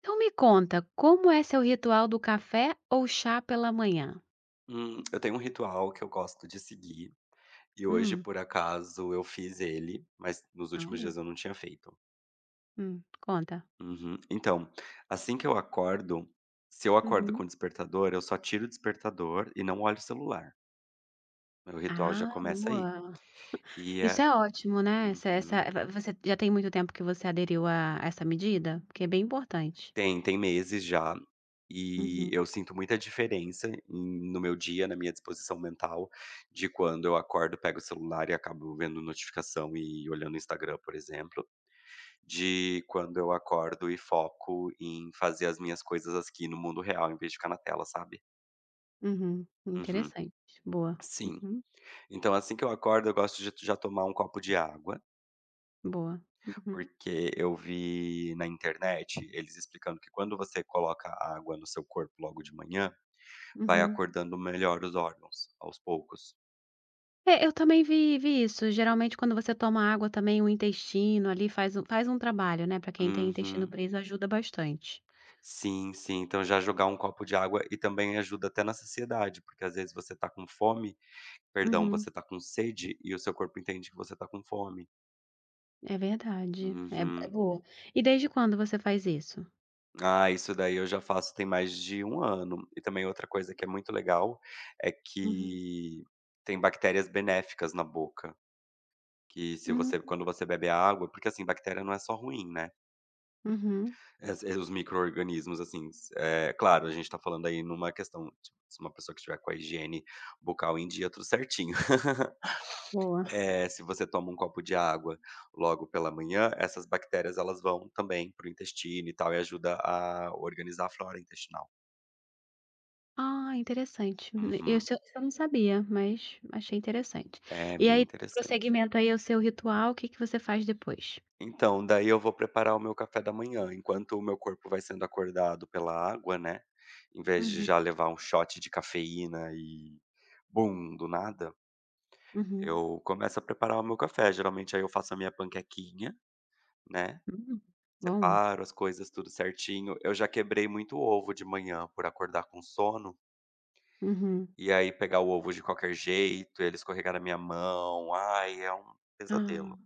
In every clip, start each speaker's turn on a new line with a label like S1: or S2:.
S1: Então me conta, como é seu ritual do café ou chá pela manhã?
S2: Eu tenho um ritual que eu gosto de seguir, e hoje,
S1: Hum,
S2: por acaso, eu fiz ele, mas nos últimos
S1: olha.
S2: dias eu não tinha feito.
S1: Conta.
S2: Uhum. Então, assim que eu acordo, se eu acordo com
S1: Uhum.
S2: o despertador, eu só tiro o despertador e não olho o celular. Meu ritual já
S1: Ah,
S2: começa aí.
S1: boa.
S2: E é.
S1: Isso é ótimo, né, essa
S2: Uhum.
S1: va você já tem muito tempo que você aderiu a essa medida? Porque é bem importante.
S2: Tem meses já, e
S1: Uhum,
S2: eu sinto muita diferença no meu dia, na minha disposição mental, de quando eu acordo, pego o celular e acabo vendo notificação e olhando o Instagram, por exemplo. De quando eu acordo e foco em fazer as minhas coisas aqui no mundo real, em vez de ficar na tela, sabe.
S1: uhum.
S2: Uhum.
S1: Interessante. Boa.
S2: Sim.
S1: Uhum,
S2: Então assim que eu acordo, eu gosto de já tomar um copo de água,
S1: boa. Uhum,
S2: porque eu vi na internet eles explicando que quando você coloca água no seu corpo logo de manhã, vai
S1: uhum.
S2: acordando melhor os órgãos, aos poucos.
S1: É, eu também vi isso. Geralmente quando você toma água também o intestino ali faz um trabalho, né, para quem tem intestino
S2: Uhum.
S1: preso ajuda bastante.
S2: Sim, sim. Então já jogar um copo de água e também ajuda até na saciedade, porque às vezes você tá com fome. Perdão, você
S1: Uhum.
S2: tá com sede e o seu corpo entende que você tá com fome.
S1: É verdade, é
S2: Uhum.
S1: boa. E desde quando você faz isso?
S2: Ah, isso daí eu já faço tem mais de um ano. E também outra coisa que é muito legal é
S1: Uhum.
S2: que tem bactérias benéficas na boca, que se
S1: Hum,
S2: você quando você bebe a água porque, assim, bactéria não é só ruim, né.
S1: uhum,
S2: Os micro-organismos, assim, claro, a gente tá falando aí numa questão de se uma pessoa que estiver com a higiene bucal em dia, tudo certinho.
S1: boa.
S2: É, se você toma um copo de água logo pela manhã, essas bactérias elas vão também para o intestino e tal, e ajuda a organizar a flora intestinal.
S1: Ah, interessante. Eu
S2: Uhum.
S1: Isso eu não sabia, mas achei interessante.
S2: É
S1: E
S2: bem
S1: aí,
S2: interessante.
S1: prosseguimento aí ao seu ritual, o que que você faz depois?
S2: Então, daí eu vou preparar o meu café da manhã, enquanto o meu corpo vai sendo acordado pela água, né, em vez de
S1: Uhum.
S2: já levar um shot de cafeína e bum, do nada,
S1: Uhum,
S2: eu começo a preparar o meu café. Geralmente aí eu faço a minha panquequinha, né.
S1: hum, bom.
S2: Separo as coisas tudo certinho. Eu já quebrei muito ovo de manhã por acordar com sono,
S1: Uhum.
S2: e aí pegar o ovo de qualquer jeito, ele escorregar na minha mão. Ai, é um
S1: Ah,
S2: pesadelo.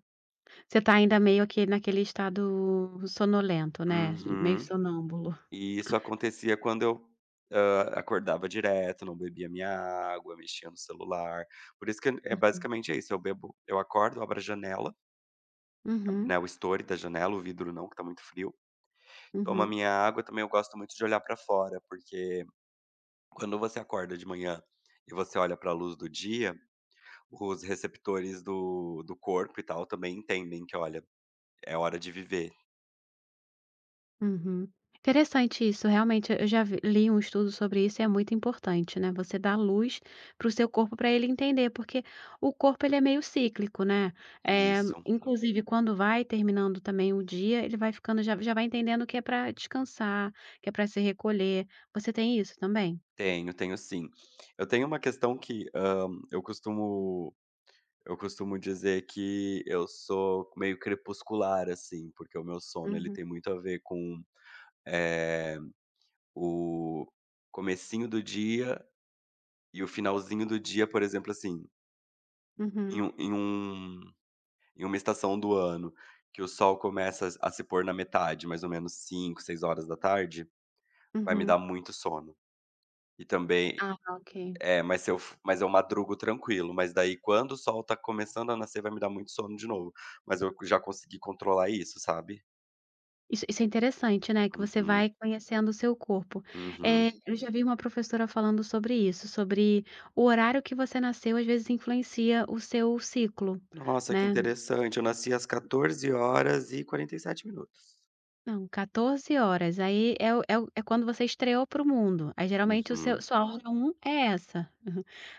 S1: você tá ainda meio que naquele estado sonolento, né, meio
S2: Uhum.
S1: sonâmbulo.
S2: E isso acontecia quando eu, acordava direto, não bebia minha água, mexia no celular. Por isso que é
S1: Uhum,
S2: basicamente é isso, eu bebo eu acordo, abro a janela,
S1: uhum,
S2: né, o estore da janela, o vidro não, que tá muito frio, tomo a
S1: uhum.
S2: minha água. Também eu gosto muito de olhar pra fora, porque quando você acorda de manhã e você olha para a luz do dia, os receptores do corpo e tal também entendem que, olha, é hora de viver.
S1: Uhum. Interessante isso, realmente eu já vi li um estudo sobre isso e é muito importante, né, você dar luz para o seu corpo para ele entender, porque o corpo ele é meio cíclico, né, é
S2: Isso,
S1: inclusive quando vai terminando também o dia, ele vai ficando já já vai entendendo que é para descansar, que é para se recolher. Você tem isso também?
S2: tenho, tenho sim. Eu tenho uma questão que, eu costumo dizer que eu sou meio crepuscular, assim, porque o meu sono ele
S1: Uhum,
S2: tem muito a ver com, eh, o comecinho do dia e o finalzinho do dia, por exemplo, assim,
S1: uhum,
S2: em um em um Em uma estação do ano que o sol começa a se pôr na metade, mais ou menos 5, 6 horas da tarde, vai me
S1: uhum.
S2: dar muito sono. E também
S1: Ah, ok.
S2: é, mas se eu f mas eu madrugo tranquilo, mas daí quando o sol tá começando a nascer vai me dar muito sono de novo, mas eu já consegui controlar isso, sabe.
S1: Isso é interessante, né, que você
S2: Uhum,
S1: vai conhecendo o seu corpo.
S2: uhum.
S1: Eu já vi uma professora falando sobre isso, sobre o horário que você nasceu, às vezes, influencia o seu ciclo,
S2: Nossa, que
S1: né.
S2: interessante, eu nasci às 14 horas e h 47.
S1: Não, 14 horas, aí é o é o é quando você estreou para o mundo, aí geralmente o seu
S2: Uhum,
S1: sua hora um é essa.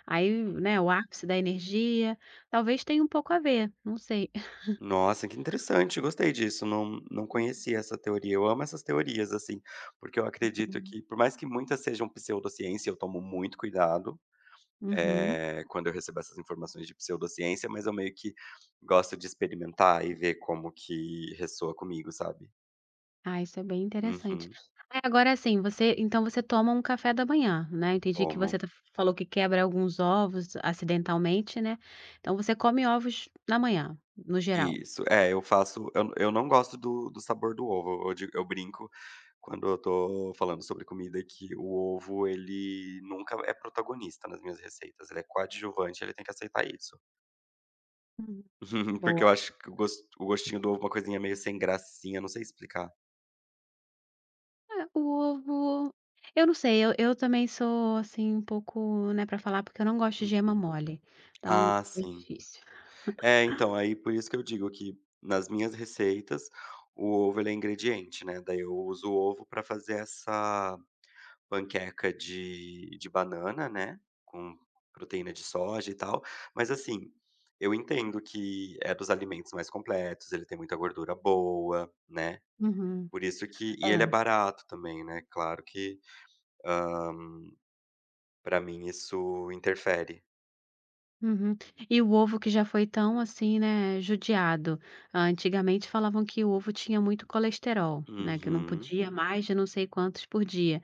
S1: Aí,
S2: hum.
S1: né, o ápice da energia, talvez tenha um pouco a ver, não sei.
S2: Nossa, que interessante, gostei disso, não conhecia essa teoria. Eu amo essas teorias, assim, porque eu acredito
S1: Assim.
S2: que, por mais que muitas sejam pseudociência, eu tomo muito cuidado,
S1: Uhum.
S2: quando eu recebo essas informações de pseudociência, mas eu meio que gosto de experimentar e ver como que ressoa comigo, sabe.
S1: Ah, isso é bem interessante.
S2: Uhum,
S1: Aí agora assim, você então você toma um café da manhã, né, entendi que você
S2: tomo.
S1: falou que quebra alguns ovos acidentalmente, né, então você come ovos na manhã, no geral?
S2: Isso, é, eu faço eu não gosto do sabor do ovo, eu digo eu brinco quando eu tô falando sobre comida que o ovo ele nunca é protagonista nas minhas receitas, ele é coadjuvante, ele tem que aceitar isso.
S1: Uhum.
S2: Porque eu
S1: Boa.
S2: acho que o gostinho do ovo é uma coisinha meio sem gracinha, não sei explicar.
S1: É, o ovo eu não sei, eu também sou, assim, um pouco, né, pra falar, porque eu não gosto de gema
S2: Uhum.
S1: mole, então
S2: Ah,
S1: é
S2: sim.
S1: difícil.
S2: É, então, aí por isso que eu digo que nas minhas receitas, o ovo ele é ingrediente, né, daí eu uso o ovo pra fazer essa panqueca de banana, né, com proteína de soja e tal, mas assim, eu entendo que é dos alimentos mais completos, ele tem muita gordura boa, né,
S1: Uhum.
S2: por isso que e ele é
S1: É.
S2: barato também, né, claro que, hã, pra mim isso interfere.
S1: Uhum. E o ovo que já foi tão, assim, né, judiado. Ah, antigamente falavam que o ovo tinha muito colesterol, né, que não
S2: Uhum,
S1: podia mais de não sei quantos por dia.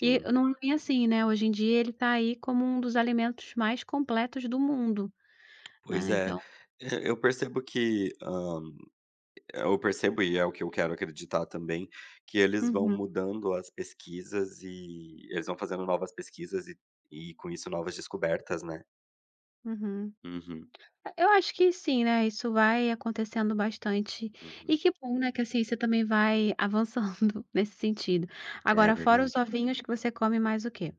S1: E não é bem assim, né, hoje em dia ele está aí como um dos alimentos mais completos do mundo,
S2: Pois
S1: né,
S2: é.
S1: então.
S2: E eu percebo que, ah, eu percebo, e é o que eu quero acreditar também, que eles vão
S1: Uhum,
S2: mudando as pesquisas e eles vão fazendo novas pesquisas e com isso novas descobertas, né.
S1: uhum.
S2: Uhum,
S1: Eu acho que sim, né, isso vai acontecendo bastante.
S2: uhum.
S1: E que bom, né, que a ciência também vai avançando nesse sentido.
S2: É
S1: Agora fora os
S2: verdade.
S1: ovinhos que você come mais o quê?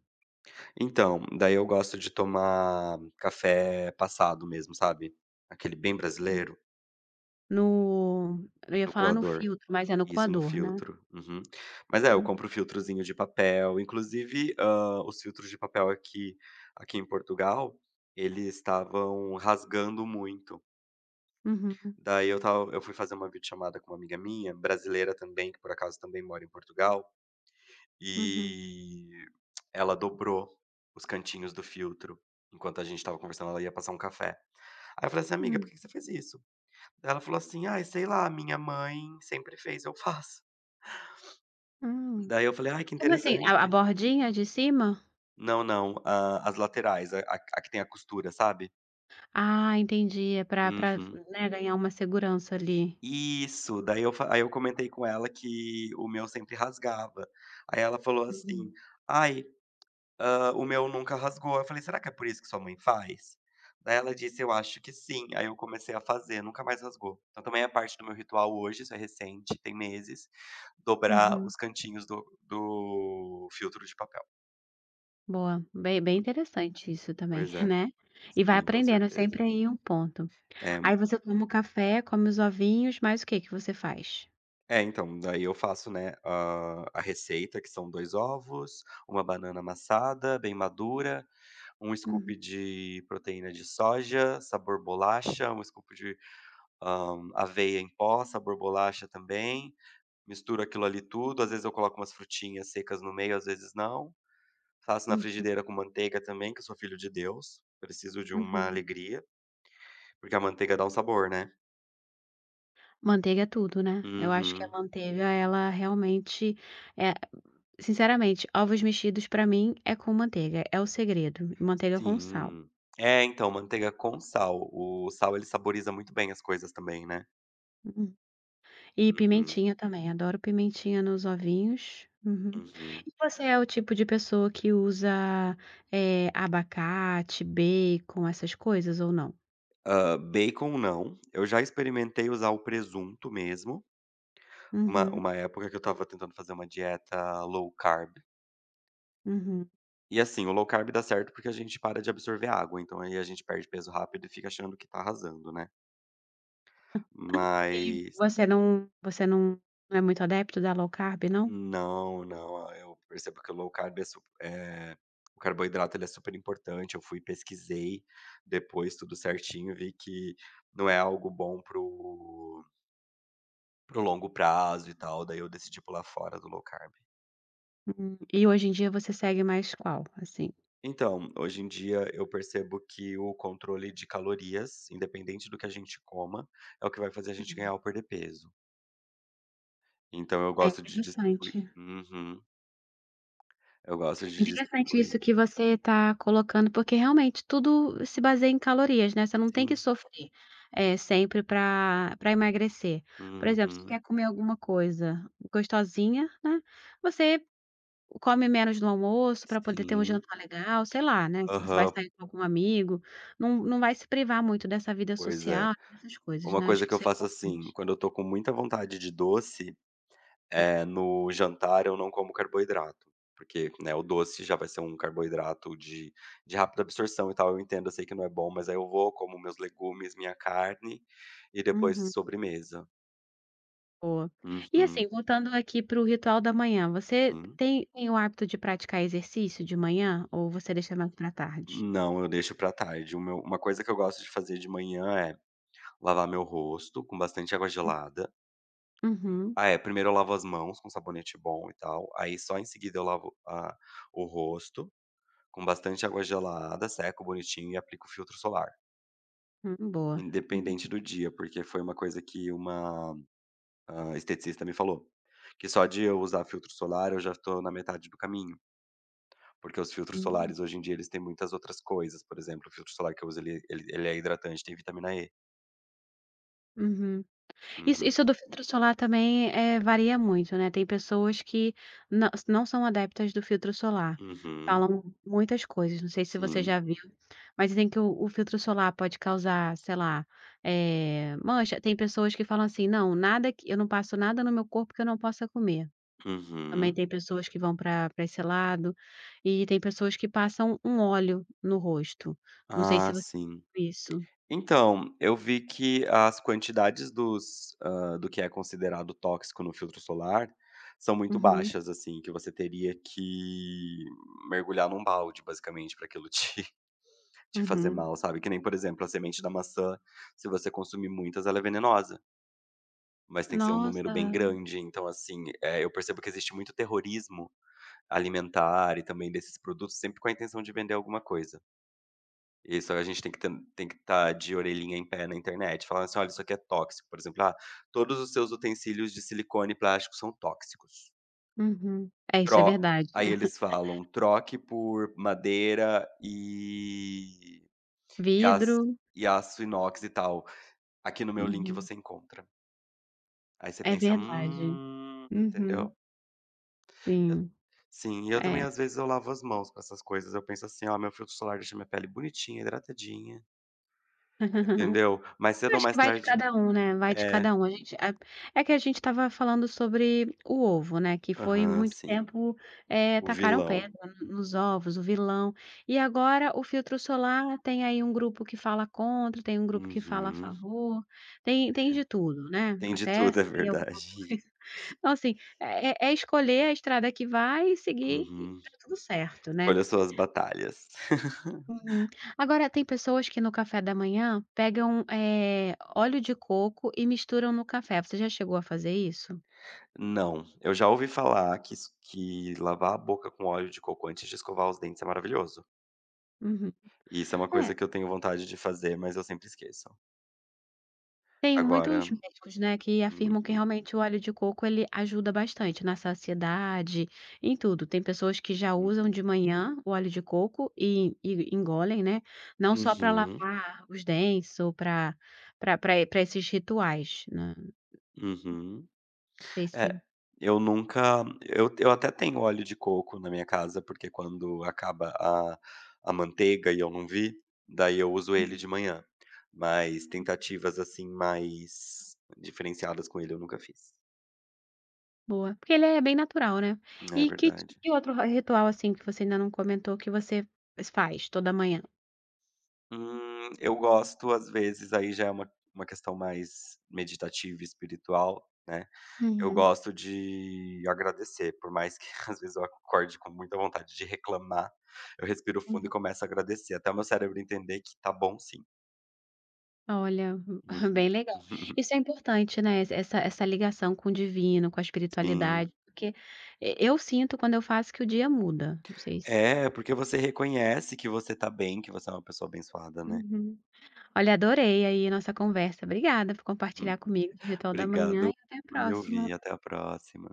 S2: Então, daí eu gosto de tomar café passado mesmo, sabe, aquele bem brasileiro,
S1: No eu ia
S2: no
S1: falar no
S2: coador.
S1: filtro, mas é no
S2: Isso, no
S1: coador, né?
S2: filtro. Uhum. Mas é, eu
S1: Hum,
S2: compro o filtrozinho de papel, inclusive, os filtros de papel aqui em Portugal, eles estavam rasgando muito.
S1: uhum,
S2: Daí eu fui fazer uma videochamada com uma amiga minha, brasileira também, que por acaso também mora em Portugal,
S1: uhum,
S2: e ela dobrou os cantinhos do filtro. Enquanto a gente estava conversando, ela ia passar um café. Aí eu falei assim: "Amiga, por
S1: hum,
S2: que que você fez isso?" Daí ela falou assim: "Ai, sei lá, minha mãe sempre fez, eu faço".
S1: hum.
S2: Daí eu falei: "Ai, que
S1: Como assim? A
S2: interessante".
S1: bordinha de cima?
S2: Não, não, a as laterais, a que tem a costura, sabe?
S1: Ah, entendi, é para pra,
S2: Uhum.
S1: né, ganhar uma segurança ali.
S2: Isso, daí eu fa aí eu comentei com ela que o meu sempre rasgava. Aí ela falou assim:
S1: Uhum,
S2: "Ai, o meu nunca rasgou". Eu falei: "Será que é por isso que sua mãe faz?" Daí ela disse: "Eu acho que sim". Aí eu comecei a fazer, nunca mais rasgou. Então também é parte do meu ritual hoje, isso é recente, tem meses, dobrar
S1: uhum.
S2: os cantinhos do filtro de papel.
S1: Boa, bem bem interessante isso também,
S2: Pois é,
S1: né? E vai
S2: sim, com
S1: aprendendo, é
S2: certeza.
S1: sempre aí um ponto.
S2: É,
S1: Aí você toma o café, come os ovinhos, mas o que que você faz?
S2: é então, daí eu faço, né, a receita que são 2 ovos, uma banana amassada, bem madura, um
S1: Uhum,
S2: scoop de proteína de soja, sabor bolacha, um scoop de, aveia em pó, sabor bolacha também, misturo aquilo ali tudo, às vezes eu coloco umas frutinhas secas no meio, às vezes não. Faço na
S1: hum,
S2: frigideira com manteiga também, que eu sou filho de Deus, preciso de uma
S1: uhum.
S2: alegria, porque a manteiga dá um sabor, né.
S1: Manteiga é tudo, né. Eu acho que a
S2: Uhum.
S1: manteiga ela realmente é sinceramente, ovos mexidos pra mim é com manteiga, é o segredo, e manteiga com sal.
S2: Sim. É, então, manteiga com sal. O sal ele saboriza muito bem as coisas também, né.
S1: Uhum. E
S2: Uhum,
S1: pimentinha também, adoro pimentinha nos ovinhos. Uhum.
S2: uhum.
S1: E você é o tipo de pessoa que usa, abacate, bacon, essas coisas ou não?
S2: Bacon não, eu já experimentei usar o presunto mesmo, uma
S1: Uhum,
S2: uma época que eu estava tentando fazer uma dieta low carb,
S1: uhum.
S2: e assim, o low carb dá certo porque a gente para de absorver água, então aí a gente perde peso rápido e fica achando que tá arrasando, né.
S1: E
S2: Mas
S1: você não é muito adepto da low carb não?
S2: não, não, ah, eu percebo que o low carb é o carboidrato ele é super importante, eu fui pesquisei depois tudo certinho, vi que não é algo bom pro o longo prazo e tal, daí eu decidi pular fora do low carb.
S1: Hum. E hoje em dia você segue mais qual, assim?
S2: Então, hoje em dia eu percebo que o controle de calorias, independente do que a gente coma, é o que vai fazer a gente ganhar ou perder peso. Então eu
S1: É
S2: gosto de
S1: interessante.
S2: distribuir. Uhum. Eu gosto de
S1: Interessante isso
S2: distribuir.
S1: que você está colocando, porque realmente tudo se baseia em calorias, né, você não tem que
S2: Sim.
S1: sofrer, sempre para emagrecer. Por exemplo, se
S2: Uhum.
S1: quer comer alguma coisa gostosinha, né, você come menos no almoço para poder ter um
S2: Sim.
S1: jantar legal, sei lá, né, se você vai
S2: Aham.
S1: sair com algum amigo, não vai se privar muito dessa vida
S2: Pois é.
S1: social, dessas coisas,
S2: Uma
S1: né, acho
S2: coisa
S1: que
S2: que eu
S1: isso é
S2: faço assim,
S1: importante.
S2: quando eu tô com muita vontade de doce, no jantar eu não como carboidrato, porque, né, o doce já vai ser um carboidrato de rápida absorção e tal, eu entendo, eu sei que não é bom, mas aí eu vou, como meus legumes, minha carne e
S1: Uhum.
S2: depois sobremesa.
S1: Boa. E assim,
S2: Uhum,
S1: voltando aqui para o ritual da manhã, você
S2: sim.
S1: tem o hábito de praticar exercício de manhã ou você deixa mais para tarde?
S2: Não, eu deixo pra tarde. O meu uma coisa que eu gosto de fazer de manhã é lavar meu rosto com bastante água gelada.
S1: Uhum,
S2: Ah, é, primeiro eu lavo as mãos com sabonete bom e tal, aí só em seguida eu lavo a o rosto com bastante água gelada, seco bonitinho e aplico filtro solar.
S1: boa. Uhum,
S2: Independente do dia, porque foi uma coisa que uma, esteticista me falou, que só de eu usar filtro solar eu já estou na metade do caminho, porque os filtros
S1: uhum,
S2: solares hoje em dia eles têm muitas outras coisas, por exemplo, o filtro solar que eu uso ele é hidratante, tem vitamina E.
S1: uhum. Isso
S2: Uhum.
S1: isso do filtro solar também, varia muito, né, tem pessoas que nã não são adeptas do filtro solar,
S2: Uhum.
S1: falam muitas coisas, não sei se você
S2: Sim.
S1: já viu, mas dizem que o filtro solar pode causar, sei lá, mancha. Tem pessoas que falam assim: "Não, nada que eu não passo nada no meu corpo que eu não possa comer". Também
S2: Uhum.
S1: tem pessoas que vão para esse lado, e tem pessoas que passam um óleo no rosto. Não sei
S2: Ah,
S1: se você
S2: sim.
S1: viu isso.
S2: Então, eu vi que as quantidades dos, do que é considerado tóxico no filtro solar são muito
S1: Uhum,
S2: baixas, assim, que você teria que mergulhar num balde, basicamente, para aquilo te te fazer
S1: uhum.
S2: mal, sabe. Que nem, por exemplo, a semente da maçã, se você consumir muitas, ela é venenosa, mas tem que ser um número
S1: Nossa.
S2: bem grande. Então, assim, eu percebo que existe muito terrorismo alimentar e também desses produtos sempre com a intenção de vender alguma coisa. Isso, a gente tem que ten tem que estar de orelhinha em pé na internet, falando assim: "Olha, isso aqui é tóxico", por exemplo, "Ah, todos os seus utensílios de silicone e plástico são tóxicos.
S1: Uhum. É, isso é
S2: Tro",
S1: verdade.
S2: aí eles falam: "Troque por madeira e e
S1: Vidro.
S2: aço aço inox e tal. Aqui no meu link
S1: Uhum.
S2: você encontra". Aí você
S1: É
S2: pensa:
S1: verdade. Uhum.
S2: Entendeu. Eu
S1: Sim,
S2: sim, e eu também
S1: é.
S2: às vezes eu lavo as mãos com essas coisas, eu penso assim: "Ó, meu filtro solar deixa minha pele bonitinha, hidratadinha", entendeu. Mais
S1: Eu
S2: cedo ou
S1: acho que
S2: mais
S1: vai de
S2: tarde
S1: cada um, né, vai de
S2: é.
S1: cada um. A gente a É que a gente estava falando sobre o ovo, né, que foi
S2: Aham,
S1: muito
S2: sim,
S1: tempo,
S2: o
S1: tacaram
S2: vilão.
S1: pedra no nos ovos, o vilão. E agora o filtro solar tem aí um grupo que fala contra, tem um grupo que fala a
S2: Uhum.
S1: favor, tem de tudo, né,
S2: Tem de
S1: até
S2: tudo, é
S1: sair alguma coisa.
S2: verdade.
S1: Então assim, é escolher a estrada que vai e seguir e
S2: Uhum.
S1: tá tudo certo, né.
S2: Escolha suas batalhas.
S1: Uhum. Agora tem pessoas que no café da manhã pegam, óleo de coco e misturam no café. Você já chegou a fazer isso?
S2: Não, eu já ouvi falar que es que lavar a boca com óleo de coco antes de escovar os dentes é maravilhoso.
S1: Uhum.
S2: E isso é uma
S1: É,
S2: coisa que eu tenho vontade de fazer, mas eu sempre esqueço.
S1: tem muitos
S2: Agora
S1: médicos, né, que afirmam que
S2: uhum,
S1: realmente o óleo de coco ele ajuda bastante na saciedade, em tudo. Tem pessoas que já usam
S2: uhum.
S1: de manhã o óleo de coco e engolem, né, não só para
S2: Uhum,
S1: lavar os dentes ou para para pra esses rituais, né,
S2: uhum.
S1: esse.
S2: É, eu nunca, eu até tenho óleo de coco na minha casa, porque quando acaba a manteiga e eu não vi, daí eu uso ele de manhã, mas tentativas, assim, mais diferenciadas com ele eu nunca fiz.
S1: Boa, porque ele é bem natural, né. E
S2: É verdade.
S1: que outro ra ritual, assim, que você ainda não comentou que você faz toda manhã?
S2: Eu gosto, às vezes, aí já é uma questão mais meditativa e espiritual, né. Eu
S1: Uhum,
S2: gosto de agradecer, por mais que às vezes eu acorde com muita vontade de reclamar, eu respiro fundo e
S1: uhum.
S2: começo a agradecer, até o meu cérebro entender que tá bom sim.
S1: Olha, bem
S2: Uhum.
S1: legal. Isso é importante, né, essa ligação com o divino, com a
S2: Sim.
S1: espiritualidade, porque eu sinto quando eu faço que o dia muda, não sei se.
S2: É, porque você reconhece que você tá bem, que você é uma pessoa abençoada, né.
S1: Uhum. Olha, adorei aí a nossa conversa, obrigada por compartilhar
S2: Uhum.
S1: comigo o ritual da manhã
S2: Obrigado
S1: e até a
S2: por me ouvir,
S1: próxima.
S2: até a próxima.